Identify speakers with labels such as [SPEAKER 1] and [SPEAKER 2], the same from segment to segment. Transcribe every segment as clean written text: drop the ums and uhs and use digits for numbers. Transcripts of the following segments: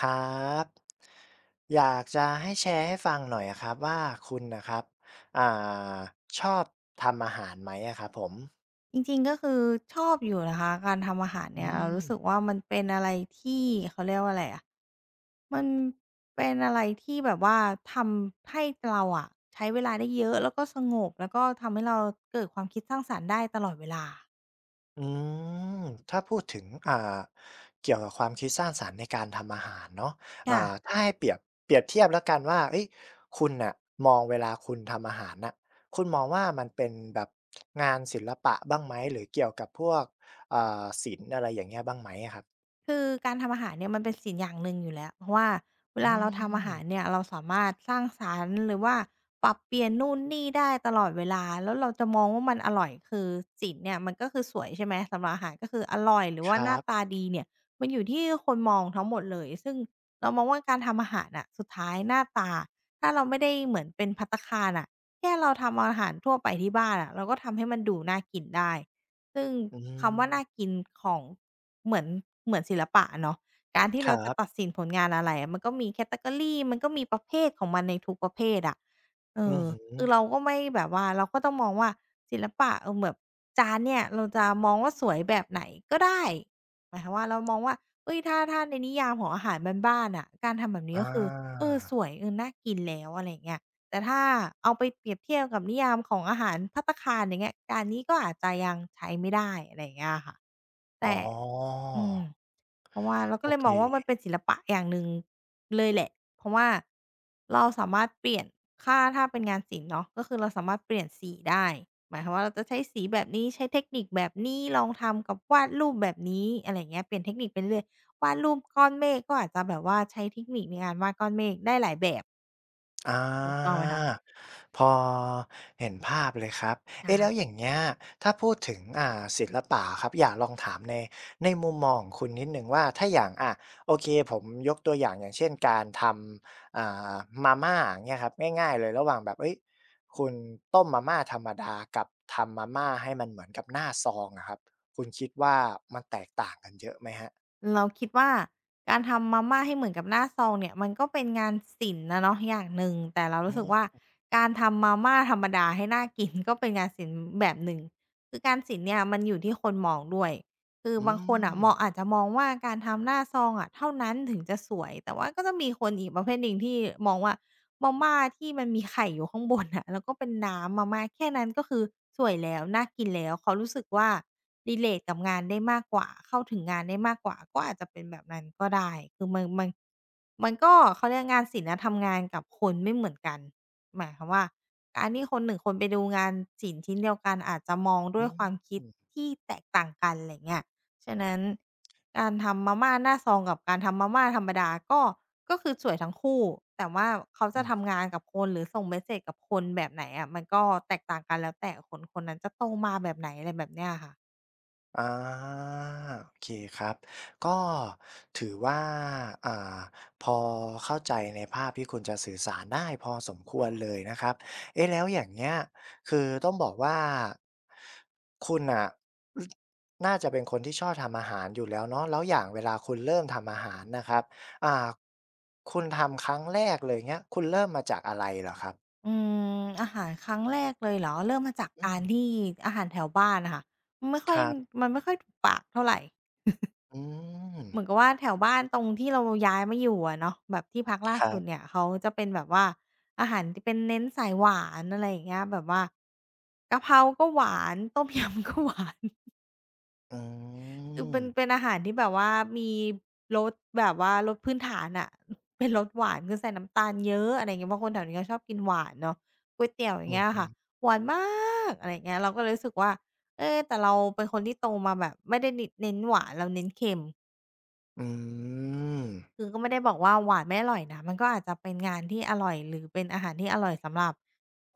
[SPEAKER 1] ครับอยากจะให้แชร์ให้ฟังหน่อยอะครับว่าคุณน่ะครับอ่าชอบทำอาหารไหมอะครับผม
[SPEAKER 2] จริงๆ ก็คือชอบอยู่นะคะการทำอาหารเนี่
[SPEAKER 1] อื
[SPEAKER 2] ยเรา
[SPEAKER 1] ม
[SPEAKER 2] รู้สึกว่ามันเป็นอะไรที่เขาเรียกว่าอะไรอะมันเป็นอะไรที่แบบว่าทำให้เราอะใช้เวลาได้เยอะแล้วก็สงบแล้วก็ทำให้เราเกิดความคิดสร้างสรรค์ได้ตลอดเวลา
[SPEAKER 1] อืมถ้าพูดถึงเกี่ยวกับความคิดสร้างสรรค์ในการทำอาหารเนาะ
[SPEAKER 2] ค่ะ
[SPEAKER 1] ถ้าให้เปรียบเทียบแล้วกันว่าเฮ้ยคุณน่ะมองเวลาคุณทำอาหารน่ะคุณมองว่ามันเป็นแบบงานศิลปะบ้างไหมหรือเกี่ยวกับพวกศิลป์อะไรอย่างเงี้ยบ้างไหมอะครับ
[SPEAKER 2] คือการทำอาหารเนี่ยมันเป็นศิลป์อย่างหนึ่งอยู่แล้วเพราะว่าเว
[SPEAKER 1] อื
[SPEAKER 2] ลาเราทำอาหาร
[SPEAKER 1] ม
[SPEAKER 2] เนี่ยเราสามารถสร้างสรรค์หรือว่าปรับเปลี่ยนนู่นนี่ได้ตลอดเวลาแล้วเราจะมองว่ามันอร่อยคือศิลป์เนี่ยมันก็คือสวยใช่ไหมสำหรับอาหารก็คืออร่อยหรือ
[SPEAKER 1] ค
[SPEAKER 2] ว่าห
[SPEAKER 1] รั
[SPEAKER 2] น้า
[SPEAKER 1] บ
[SPEAKER 2] ตาดีเนี่ยมันอยู่ที่คนมองทั้งหมดเลยซึ่งเรามองว่าการทำอาหารน่ะสุดท้ายหน้าตาถ้าเราไม่ได้เหมือนเป็นภัตตาคารน่ะแค่เราทำอาหารทั่วไปที่บ้านอะเราก็ทำให้มันดูน่ากินได้ซึ่ง
[SPEAKER 1] อื
[SPEAKER 2] คำว่าน่า
[SPEAKER 1] ม
[SPEAKER 2] กินของ เหมือนเหมือนศิลปะอะเนาะการที่
[SPEAKER 1] ค
[SPEAKER 2] เรา
[SPEAKER 1] รั
[SPEAKER 2] จะ
[SPEAKER 1] บ
[SPEAKER 2] ตัดสินผลงานอะไรอะมันก็มี Category มันก็มีประเภทของมันในทุกประเภทอะเอ
[SPEAKER 1] อื
[SPEAKER 2] อ
[SPEAKER 1] อฮึ
[SPEAKER 2] คือเราก็ไม่แบบว่าเราก็ต้องมองว่าศิลปะเออแบบจานเนี่ยเราจะมองว่าสวยแบบไหนก็ได้หมายความว่าเรามองว่าเฮ้ยถ้าในนิยามของอาหารบ้านๆน่ะการทำแบบนี้
[SPEAKER 1] อา
[SPEAKER 2] ก็คือเออสวยเออน่ากินแล้วอะไรอย่างเงี้ยแต่ถ้าเอาไปเปรียบเทียบกับนิยามของอาหารภัตตาคารอย่างเงี้ยจานนี้ก็อาจจะยังใช้ไม่ได้อะไรอย่างเงี้ยอะค่ะ
[SPEAKER 1] อ๋อ
[SPEAKER 2] แต่ อืมเพราะว่าเราก็
[SPEAKER 1] โอ
[SPEAKER 2] เลย
[SPEAKER 1] เค
[SPEAKER 2] มองว่ามันเป็นศิลปะอย่างหนึ่งเลยแหละเพราะว่าเราสามารถเปลี่ยนถ้าเป็นงานศิลป์เนาะก็คือเราสามารถเปลี่ยนสีได้หมายความว่าเราจะใช้สีแบบนี้ใช้เทคนิคแบบนี้ลองทำกับวาดรูปแบบนี้อะไรอย่างเงี้ยเปลี่ยนเทคนิคไปเรื่อยวาดรูปก้อนเมฆก็อาจจะแบบว่าใช้เทคนิคในการวาดก้อนเมฆได้หลายแบบ
[SPEAKER 1] อา
[SPEAKER 2] ถูกต้องไหมค
[SPEAKER 1] พอเห็นภาพเลยครับเอ๊ะแล้ว
[SPEAKER 2] ะ
[SPEAKER 1] อย่างเงี้ยถ้าพูดถึงศิลปะอะครับอยากลองถามในมุมมองของคุณนิดหนึ่งว่าถ้าอย่างโอเคผมยกตัวอย่างอย่างเช่นการทำามาม่าอย่างเงี้ยครับง่ายๆเลยระหว่างแบบเฮ้ยคุณต้มมาม่าธรรมดากับทำมาม่าให้มันเหมือนกับหน้าซองอะครับคุณคิดว่ามันแตกต่างกันเยอะไหมครับ
[SPEAKER 2] เราคิดว่าการทำมาม่าให้เหมือนกับหน้าซองเนี่ยมันก็เป็นงานศิลป์นะเนาะอย่างหนึ่งแต่เรา
[SPEAKER 1] อื
[SPEAKER 2] รู้สึกว่า
[SPEAKER 1] อ
[SPEAKER 2] การทำมาม่าธรรมดาให้น่ากิน ก็เป็นงานศิลป์แบบหนึ่งคือการศิลป์เนี่ยมันอยู่ที่คนมองด้วยคือ
[SPEAKER 1] อื
[SPEAKER 2] บางคนอ่ะม
[SPEAKER 1] ม
[SPEAKER 2] องอาจจะมองว่าการทำหน้าซองอะเท่านั้นถึงจะสวยแต่ว่าก็จะมีคนอีกประเภทหนึ่งที่มองว่า มาม่าที่มันมีไข่อยู่ข้างบนอะแล้วก็เป็นน้ำมาม่าแค่นั้นก็คือสวยแล้วน่ากินแล้วเขารู้สึกว่ารีเลตกับงานได้มากกว่าเข้าถึงงานได้มากกว่าก็อาจจะเป็นแบบนั้นก็ได้คือมันก็เขาเรียกงานศิลป์อะทำงานกับคนไม่เหมือนกันหมายความว่าการที่คนหนึ่งคนไปดูงานศิลป์ชิ้นเดียวกันอาจจะมองด้
[SPEAKER 1] อื
[SPEAKER 2] วย
[SPEAKER 1] ม
[SPEAKER 2] ความคิ
[SPEAKER 1] อื
[SPEAKER 2] ด
[SPEAKER 1] อ
[SPEAKER 2] ที่แตกต่างกันไรเงี้ยฉะนั้นการทำมาม่าหน้าซองกับการทำมาม่าธรรมดาก็ ก็คือสวยทั้งคู่แต่ว่าเขาจะทำงานกับคนหรือส่งเมสเสจกับคนแบบไหนอะมันก็แตกต่างกันแล้วแต่คนคนนั้นจะโตมาแบบไหนอะไรแบบเนี้ยค่ะ
[SPEAKER 1] อาโอเคครับก็ถือว่าอ่าพอเข้าใจในภาพที่คุณจะสื่อสารได้พอสมควรเลยนะครับเอ๊ะแล้วอย่างเงี้ยคือต้องบอกว่าคุณน่ะออน่าจะเป็นคนที่ชอบทำอาหารอยู่แล้วเนาะแล้วอย่างเวลาคุณเริ่มทำอาหารนะครับอ่าคุณทำครั้งแรกเลยเงี้ยคุณเริ่มมาจากอะไรเหรอครับ
[SPEAKER 2] อืมอาหารครั้งแรกเลยเหรอเริ่มมาจาก
[SPEAKER 1] อื
[SPEAKER 2] การ
[SPEAKER 1] ม
[SPEAKER 2] ที่อาหารแถวบ้านน่ะค่ะไม่ค่
[SPEAKER 1] ค
[SPEAKER 2] อย
[SPEAKER 1] รับ
[SPEAKER 2] มันไม่ค่อยถูกปากเท่าไร
[SPEAKER 1] อืม
[SPEAKER 2] เหมือนกับว่าแถวบ้านตรงที่เราย้ายมาอยู่อะเนาะแบบที่พักล่า
[SPEAKER 1] ครั
[SPEAKER 2] สุด
[SPEAKER 1] บ
[SPEAKER 2] เนี่ยเขาจะเป็นแบบว่าอาหารที่เป็นเน้นสายหวานอะไรอย่างเงี้ยแบบว่ากะเพราก็หวานต้มยำก็หวาน
[SPEAKER 1] อื
[SPEAKER 2] คือ
[SPEAKER 1] ม
[SPEAKER 2] เป็นอาหารที่แบบว่ามีรสแบบว่ารสพื้นฐานอะ เป็นรสหวานคือใส่น้ำตาลเยอะอะไรอย่างเงี้ยเพราะคนแถวนี้เขาชอบกินหวานเนาะก๋วยเตี๋ยวอย่า
[SPEAKER 1] อื
[SPEAKER 2] ง
[SPEAKER 1] อ
[SPEAKER 2] เงี้ย
[SPEAKER 1] ฮึ
[SPEAKER 2] ค่ะหวานมากอะไรอย่างเงี้ยเราก็เลยรู้สึกว่าเอ๊แต่เราเป็นคนที่โตมาแบบไม่ได้นิเน้นหวานเราเน้นเค็ม
[SPEAKER 1] อืม
[SPEAKER 2] คือก็ไม่ได้บอกว่าหวานไม่อร่อยนะมันก็อาจจะเป็นงานที่อร่อยหรือเป็นอาหารที่อร่อยสำหรับ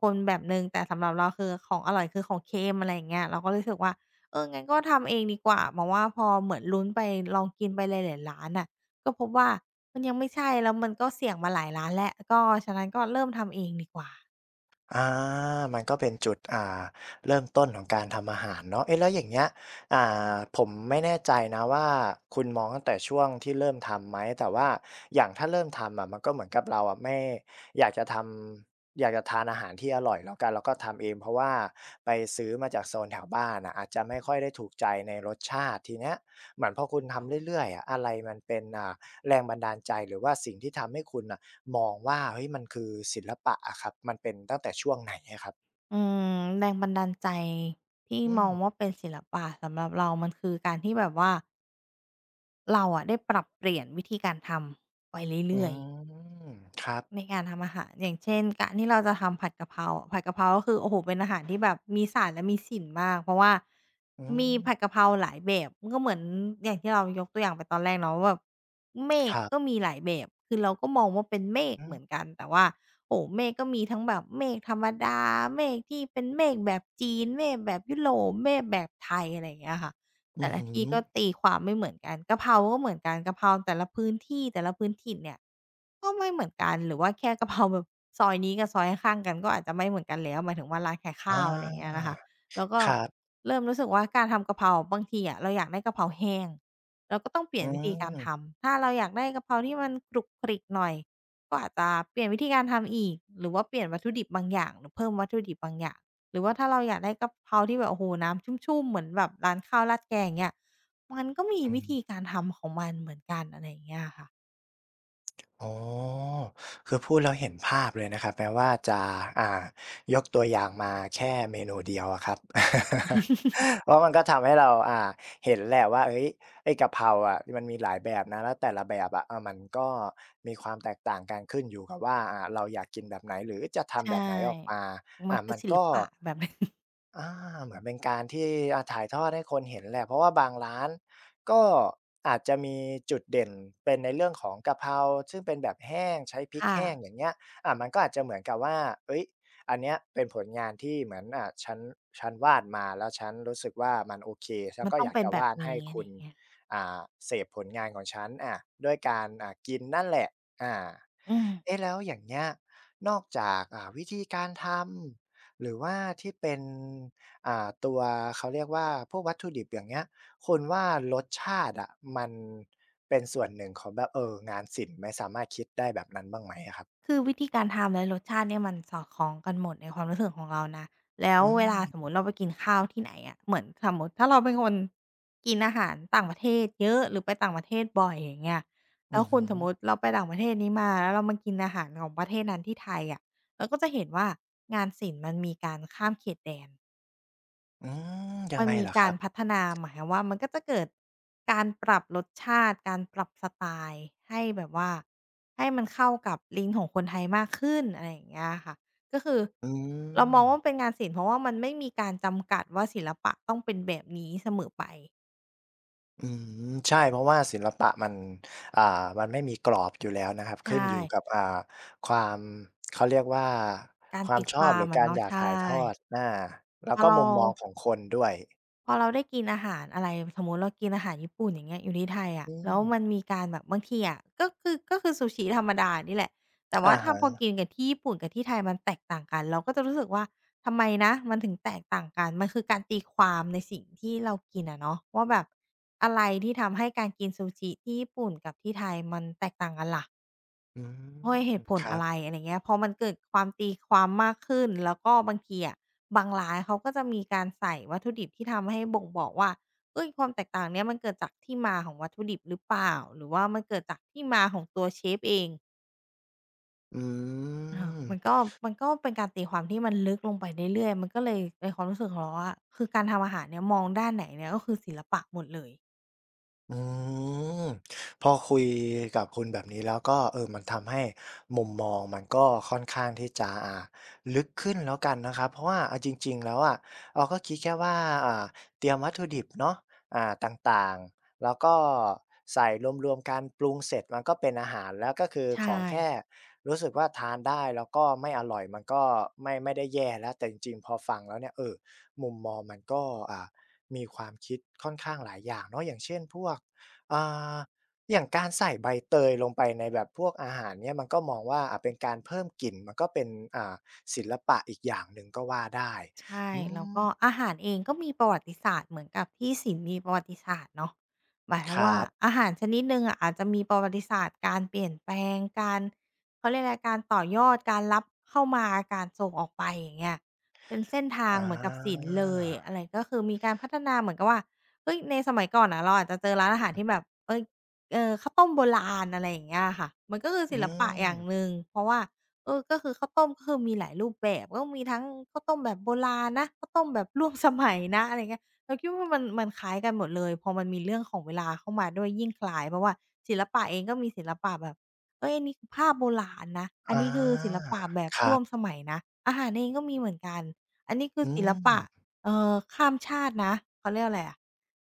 [SPEAKER 2] คนแบบหนึ่งแต่สำหรับเราคือของอร่อยคือของเค็มอะไรอย่างเงี้ยเราก็รู้สึกว่าเอองั้นก็ทำเองดีกว่าเพราะว่าพอเหมือนลุ้นไปลองกินไปหลายๆร้านน่ะก็พบว่ามันยังไม่ใช่แล้วมันก็เสี่ยงมาหลายร้านแล้วก็ฉะนั้นก็เริ่มทำเองดีกว่า
[SPEAKER 1] อามันก็เป็นจุดเริ่มต้นของการทำอาหารเนาะเอ๊ะแล้วอย่างเงี้ยอ่าผมไม่แน่ใจนะว่าคุณมองตั้งแต่ช่วงที่เริ่มทำไหมแต่ว่าอย่างถ้าเริ่มทำอะมันก็เหมือนกับเราอะไม่อยากจะทอยากจะทานอาหารที่อร่อยแล้วกันเราก็ทำเองเพราะว่าไปซื้อมาจากโซนแถวบ้านน่ะอาจจะไม่ค่อยได้ถูกใจในรสชาติทีเนี้ยเหมือนพอคุณทำเรื่อยๆอะอะไรมันเป็นแรงบันดาลใจหรือว่าสิ่งที่ทำให้คุณน่ะ มองว่าเฮ้ยมันคือศิลปะอะครับมันเป็นตั้งแต่ช่วงไหนอะครับ
[SPEAKER 2] อืมแรงบันดาลใจที่
[SPEAKER 1] อื
[SPEAKER 2] มอ
[SPEAKER 1] ม
[SPEAKER 2] งว่าเป็นศิลปะสำหรับเรามันคือการที่แบบว่าเราอะได้ปรับเปลี่ยนวิธีการทำไป
[SPEAKER 1] อื
[SPEAKER 2] เรื่อยๆ
[SPEAKER 1] มครับ
[SPEAKER 2] ในการทำอาหารอย่างเช่นการที่เราจะทำผัดกะเพราอะผัดกะเพราก็คือโอ้โฮเป็นอาหารที่แบบมีศาสตร์และมีศิลป์มากเพราะว่า
[SPEAKER 1] อื
[SPEAKER 2] มีผัดกะ
[SPEAKER 1] ม
[SPEAKER 2] เพราหลายแบบมันก็เหมือนอย่างที่เรายกตัวอย่างไปตอนแรกเนาะว่าแบบเม
[SPEAKER 1] ค
[SPEAKER 2] ฆ
[SPEAKER 1] รั
[SPEAKER 2] ก็
[SPEAKER 1] บ
[SPEAKER 2] มีหลายแบบคือเราก็มองว่าเป็นเมฆ
[SPEAKER 1] อื
[SPEAKER 2] เหมือน
[SPEAKER 1] ม
[SPEAKER 2] กันแต่ว่าโอ้โฮเมฆก็มีทั้งแบบเมฆธรรมดาเมฆที่เป็นเมฆแบบจีนเมฆแบบยุโรปเมฆแบบไทยอะไรอย่างเงี้ยค่ะ
[SPEAKER 1] อื
[SPEAKER 2] แต่
[SPEAKER 1] อ
[SPEAKER 2] ละ
[SPEAKER 1] ฮึ
[SPEAKER 2] ที่ก็ตีความไม่เหมือนกันกะเพราก็เหมือนกันกะเพราแต่ละพื้นที่แต่ละพื้นถิ่นเนี่ยก็ไม่เหมือนกันหรือว่าแค่กะเพราแบบซอยนี้กับซอยข้างๆกันก็อาจจะไม่เหมือนกันแล้วหมายถึงว่าร้านขายข้า
[SPEAKER 1] อา
[SPEAKER 2] วอะไรอย่างเงี้ยนะคะแล้วก็
[SPEAKER 1] ครับ
[SPEAKER 2] เริ่มรู้สึกว่าการทำกะเพราบางทีอะเราอยากได้กะเพราแห้งเราก็ต้องเปลี่
[SPEAKER 1] อื
[SPEAKER 2] ยนวิธีการ
[SPEAKER 1] ม
[SPEAKER 2] ทำถ้าเราอยากได้กะเพราที่มันกรุบกริบหน่อยก็อาจจะเปลี่ยนวิธีการทำอีกหรือว่าเปลี่ยนวัตถุดิบบางอย่างหรือเพิ่มวัตถุดิบบางอย่าง หรือว่าถ้าเราอยากได้กะเพราที่แบบโอ้โฮน้ำชุ่มๆเหมือนแบบร้านข้าวราดแกงอย่างเงี้ยมันก็มี
[SPEAKER 1] อื
[SPEAKER 2] วิ
[SPEAKER 1] ม
[SPEAKER 2] ธีการทำของมันเหมือนกันอะไรอย่างเงี้ยค่ะ
[SPEAKER 1] อ๋อคือพูดแล้วเห็นภาพเลยนะครับแม้ว่าจะอ่ายกตัวอย่างมาแค่เมนูเดียวอะครับ เพราะมันก็ทำให้เราเห็นแหละว่าเฮ้ยไอ้กะเพราอะมันมีหลายแบบนะแล้วแต่ละแบบอะอ่ะมันก็มีความแตกต่างกันขึ้นอยู่กับว่าเราอยากกินแบบไหนหรือจะทำ
[SPEAKER 2] ใช่
[SPEAKER 1] แบบไหนออกมา
[SPEAKER 2] มันคื
[SPEAKER 1] มั
[SPEAKER 2] อ
[SPEAKER 1] น
[SPEAKER 2] ศิล
[SPEAKER 1] ก็
[SPEAKER 2] ปะแบบหนึ่ง
[SPEAKER 1] อาเหมือนเป็นการที่ถ่ายทอดให้คนเห็นแหละเพราะว่าบางร้านก็อาจจะมีจุดเด่นเป็นในเรื่องของกะเพราซึ่งเป็นแบบแห้งใช้พ ริก
[SPEAKER 2] ค่ะ
[SPEAKER 1] แห้งอย่างเงี้ยมันก็อาจจะเหมือนกับว่าเฮ้ยอันเนี้ยเป็นผลงานที่เหมือนฉันวาดมาแล้วฉันรู้สึกว่ามันโอเคฉัน
[SPEAKER 2] มัน
[SPEAKER 1] ก็
[SPEAKER 2] ต้อ
[SPEAKER 1] อ
[SPEAKER 2] ง
[SPEAKER 1] ยาก
[SPEAKER 2] เป็น
[SPEAKER 1] จะ
[SPEAKER 2] แบบ
[SPEAKER 1] วาดให้
[SPEAKER 2] นี้อะไร
[SPEAKER 1] คุ
[SPEAKER 2] อ
[SPEAKER 1] ณ
[SPEAKER 2] ย่างเงี้ย
[SPEAKER 1] อ่าเสพผลงานของฉันด้วยการกินนั่นแหละอา
[SPEAKER 2] อืม
[SPEAKER 1] เอ๊ะแล้วอย่างเงี้ยนอกจากวิธีการทำ หรือว่าที่เป็นตัวเขาเรียกว่าพวกวัตถุดิบอย่างเงี้ยคุณว่ารสชาติอะมันเป็นส่วนหนึ่งของแบบงานศิลป์ไหมสามารถคิดได้แบบนั้นบ้างไหมอะครับ
[SPEAKER 2] คือวิธีการทำและรสชาติเนี่ยมันสอดคล้องกันหมดในความรู้สึกของเรานะแล้ว
[SPEAKER 1] อื
[SPEAKER 2] เว
[SPEAKER 1] ม
[SPEAKER 2] ลาสมมุติเราไปกินข้าวที่ไหนอะเหมือนสมมุติถ้าเราเป็นคนกินอาหารต่างประเทศเยอะหรือไปต่างประเทศบ่อยอย่างเงี้ย
[SPEAKER 1] อื
[SPEAKER 2] แล้ว
[SPEAKER 1] อ
[SPEAKER 2] คุ
[SPEAKER 1] ฮึ
[SPEAKER 2] ณสมมุติเราไปต่างประเทศนี้มาแล้วเรามากินอาหารของประเทศนั้นที่ไทยอะเราก็จะเห็นว่างานศิลป์มันมีการข้ามเขตแดน
[SPEAKER 1] อืยัง
[SPEAKER 2] มัน
[SPEAKER 1] ไง
[SPEAKER 2] มี
[SPEAKER 1] เหรอค
[SPEAKER 2] กา
[SPEAKER 1] รั
[SPEAKER 2] ร
[SPEAKER 1] บ
[SPEAKER 2] พัฒนาหมายความว่ามันก็จะเกิดการปรับรสชาติการปรับสไตล์ให้แบบว่าให้มันเข้ากับลิ้นของคนไทยมากขึ้นอะไรอย่างเงี้ยค่ะก็คือ
[SPEAKER 1] อื
[SPEAKER 2] เราม
[SPEAKER 1] ม
[SPEAKER 2] องว่ามันเป็นงานศิลป์เพราะว่ามันไม่มีการจำกัดว่าศิลปะต้องเป็นแบบนี้เสมอไป
[SPEAKER 1] อืมใช่เพราะว่าศิลปะอ่ามันไม่มีกรอบอยู่แล้วนะครับขึ้น
[SPEAKER 2] ใช่
[SPEAKER 1] อยู่กับความเขาเรียกว่า
[SPEAKER 2] การ
[SPEAKER 1] ความ
[SPEAKER 2] ตี
[SPEAKER 1] ช
[SPEAKER 2] ค
[SPEAKER 1] อบ
[SPEAKER 2] วา
[SPEAKER 1] หรื
[SPEAKER 2] ม
[SPEAKER 1] อ
[SPEAKER 2] อะ
[SPEAKER 1] การอ
[SPEAKER 2] เนาะ
[SPEAKER 1] ยากถ่า
[SPEAKER 2] ใช่
[SPEAKER 1] ยทอดแล้
[SPEAKER 2] พ
[SPEAKER 1] ว
[SPEAKER 2] อ
[SPEAKER 1] ก็
[SPEAKER 2] เรา
[SPEAKER 1] มุมมองของคนด้วย
[SPEAKER 2] พอเราได้กินอาหารอะไรสมมุติเรากินอาหารญี่ปุ่นอย่างเงี้ยอยู่ที่ไทยอะ
[SPEAKER 1] อื
[SPEAKER 2] แล้
[SPEAKER 1] ม
[SPEAKER 2] วมันมีการแบบบางทีอะก็คือซูชิธรรมดานี่แหละแต่ว่า
[SPEAKER 1] อะ
[SPEAKER 2] ถ้าพอ
[SPEAKER 1] ฮะ
[SPEAKER 2] กินกับที่ญี่ปุ่นกับที่ไทยมันแตกต่างกันเราก็จะรู้สึกว่าทำไมนะมันถึงแตกต่างกันมันคือการตีความในสิ่งที่เรากินอะเนาะว่าแบบอะไรที่ทำให้การกินซูชิที่ญี่ปุ่นกับที่ไทยมันแตกต่างกันล่ะ
[SPEAKER 1] อืม
[SPEAKER 2] ด้วยเหตุผ
[SPEAKER 1] ค
[SPEAKER 2] ล
[SPEAKER 1] รั
[SPEAKER 2] อะ
[SPEAKER 1] บ
[SPEAKER 2] ไรอะไรเงี้ยพอมันเกิดความตีความมากขึ้น แล้วก็บางทีอะบางร้านเขาก็จะมีการใส่วัตถุดิบที่ทำให้บ่งบอกว่าเฮ้ยความแตกต่างเนี้ยมันเกิดจากที่มาของวัตถุดิบหรือเปล่า หรือว่ามันเกิดจากที่มาของตัวเชฟเอง
[SPEAKER 1] อื
[SPEAKER 2] เออมัน
[SPEAKER 1] ม
[SPEAKER 2] ก็มันก็เป็นการตีความที่มันลึกลงไปเรื่อยๆมันก็เลยในความรู้สึกของเราอะคือการทำอาหารเนี่ยมองด้านไหนเนี่ยก็คือศิลปะหมดเลย
[SPEAKER 1] อืมพอคุยกับคุณแบบนี้แล้วก็มันทำให้มุมมองมันก็ค่อนข้างที่จะลึกขึ้นแล้วกันนะครับเพราะว่าเอาจริงๆแล้วอะเราก็คิดแค่ว่าอ่าเตรียมวัตถุดิบเนาะต่างๆแล้วก็ใส่รวมๆกันปรุงเสร็จมันก็เป็นอาหารแล้วก็คือ
[SPEAKER 2] ใช่
[SPEAKER 1] ขอแค่รู้สึกว่าทานได้แล้วก็ไม่อร่อยมันก็ไม่ได้แย่แล้วแต่จริงๆพอฟังแล้วเนี่ยมุมมองมันก็อ่า มีความคิดค่อนข้างหลายอย่างเนาะอย่างเช่นพวกอ่าอย่างการใส่ใบเตยลงไปในแบบพวกอาหารเนี่ยมันก็มองว่าเป็นการเพิ่มกลิ่นมันก็เป็นอ่าศิลปะอีกอย่างหนึ่งก็ว่าได้
[SPEAKER 2] ใช่
[SPEAKER 1] อื
[SPEAKER 2] แล้วก็
[SPEAKER 1] ม
[SPEAKER 2] อาหารเองก็มีประวัติศาสตร์เหมือนกับที่ศิลป์มีประวัติศาสตร์เนาะหมายค
[SPEAKER 1] ค
[SPEAKER 2] วาม
[SPEAKER 1] รั
[SPEAKER 2] ว่า
[SPEAKER 1] บ
[SPEAKER 2] อาหารชนิดหนึ่งอะอาจจะมีประวัติศาสตร์การเปลี่ยนแปลงการเขาเรียกอะไรการต่อยอดการรับเข้ามาการส่งออกไปอย่างเงี้ยเป็นเส้นทา
[SPEAKER 1] อ
[SPEAKER 2] งเหมือนกับศิล
[SPEAKER 1] า
[SPEAKER 2] ป์เลยอะไรก็คือมีการพัฒนาเหมือนกับว่าเฮ้ยในสมัยก่อนน่ะเราอาจจะเจอร้านอาหารที่แบบเฮ้ยเออข้าวต้มโบราณอะไรอย่างเงี้ยอะค่ะมันก็คือ
[SPEAKER 1] อื
[SPEAKER 2] ศิลปะอย่างห
[SPEAKER 1] ม
[SPEAKER 2] นึ่งเพราะว่า เออก็คือข้าวต้มก็คือมีหลายรูปแบบก็มีทั้งข้าวต้มแบบโบราณนะข้าวต้มแบบร่วมสมัยนะอะไรเงี้ยเราคิดว่ามันคล้ายกันหมดเลยพอมันมีเรื่องของเวลาเข้ามาด้วยยิ่งคล้ายเพราะว่าศิลปะเองก็มีศิลปะแบบเฮ้ยอันนี้คือภาพโบราณนะอั
[SPEAKER 1] อ
[SPEAKER 2] นนี้คือศิล
[SPEAKER 1] า
[SPEAKER 2] ปะแบบ
[SPEAKER 1] ครั
[SPEAKER 2] ร่วมส
[SPEAKER 1] บ
[SPEAKER 2] มัยนะอาหารเองก็มีเหมือนกันอันนี้คือ
[SPEAKER 1] อื
[SPEAKER 2] ศิลปะ
[SPEAKER 1] ม
[SPEAKER 2] ข้ามชาตินะเขาเรียกอะไรอะ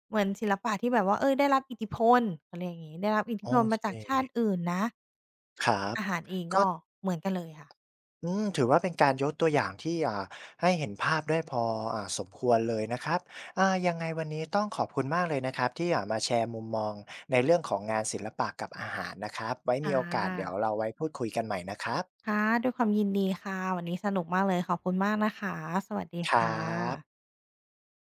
[SPEAKER 2] เหมือนศิลปะที่แบบว่าเฮ้ยได้รับอิทธิพลเขาเรียกอย่างงี้ได้รับอิทธิ
[SPEAKER 1] โอ
[SPEAKER 2] พลมา
[SPEAKER 1] เค
[SPEAKER 2] จากชาติอื่นนะ
[SPEAKER 1] ครับ
[SPEAKER 2] อาหารเอง
[SPEAKER 1] ก็
[SPEAKER 2] ก็เหมือนกันเลยค่ะ
[SPEAKER 1] ถือว่าเป็นการยกตัวอย่างที่ให้เห็นภาพได้พอสมควรเลยนะครับยังไงวันนี้ต้องขอบคุณมากเลยนะครับที่มาแชร์มุมมองในเรื่องของงานศิลปะกับอาหารนะครับไว้
[SPEAKER 2] ค่
[SPEAKER 1] มีโอกาสเดี๋ยว
[SPEAKER 2] ะ
[SPEAKER 1] เราไว้พูดคุยกันใหม่นะครับ
[SPEAKER 2] ค่ะ ด้วยความยินดีค่ะ วันนี้สนุกมากเลยขอบคุณมากนะคะ สวัสดี
[SPEAKER 1] ครั
[SPEAKER 2] ค่ะ
[SPEAKER 1] บ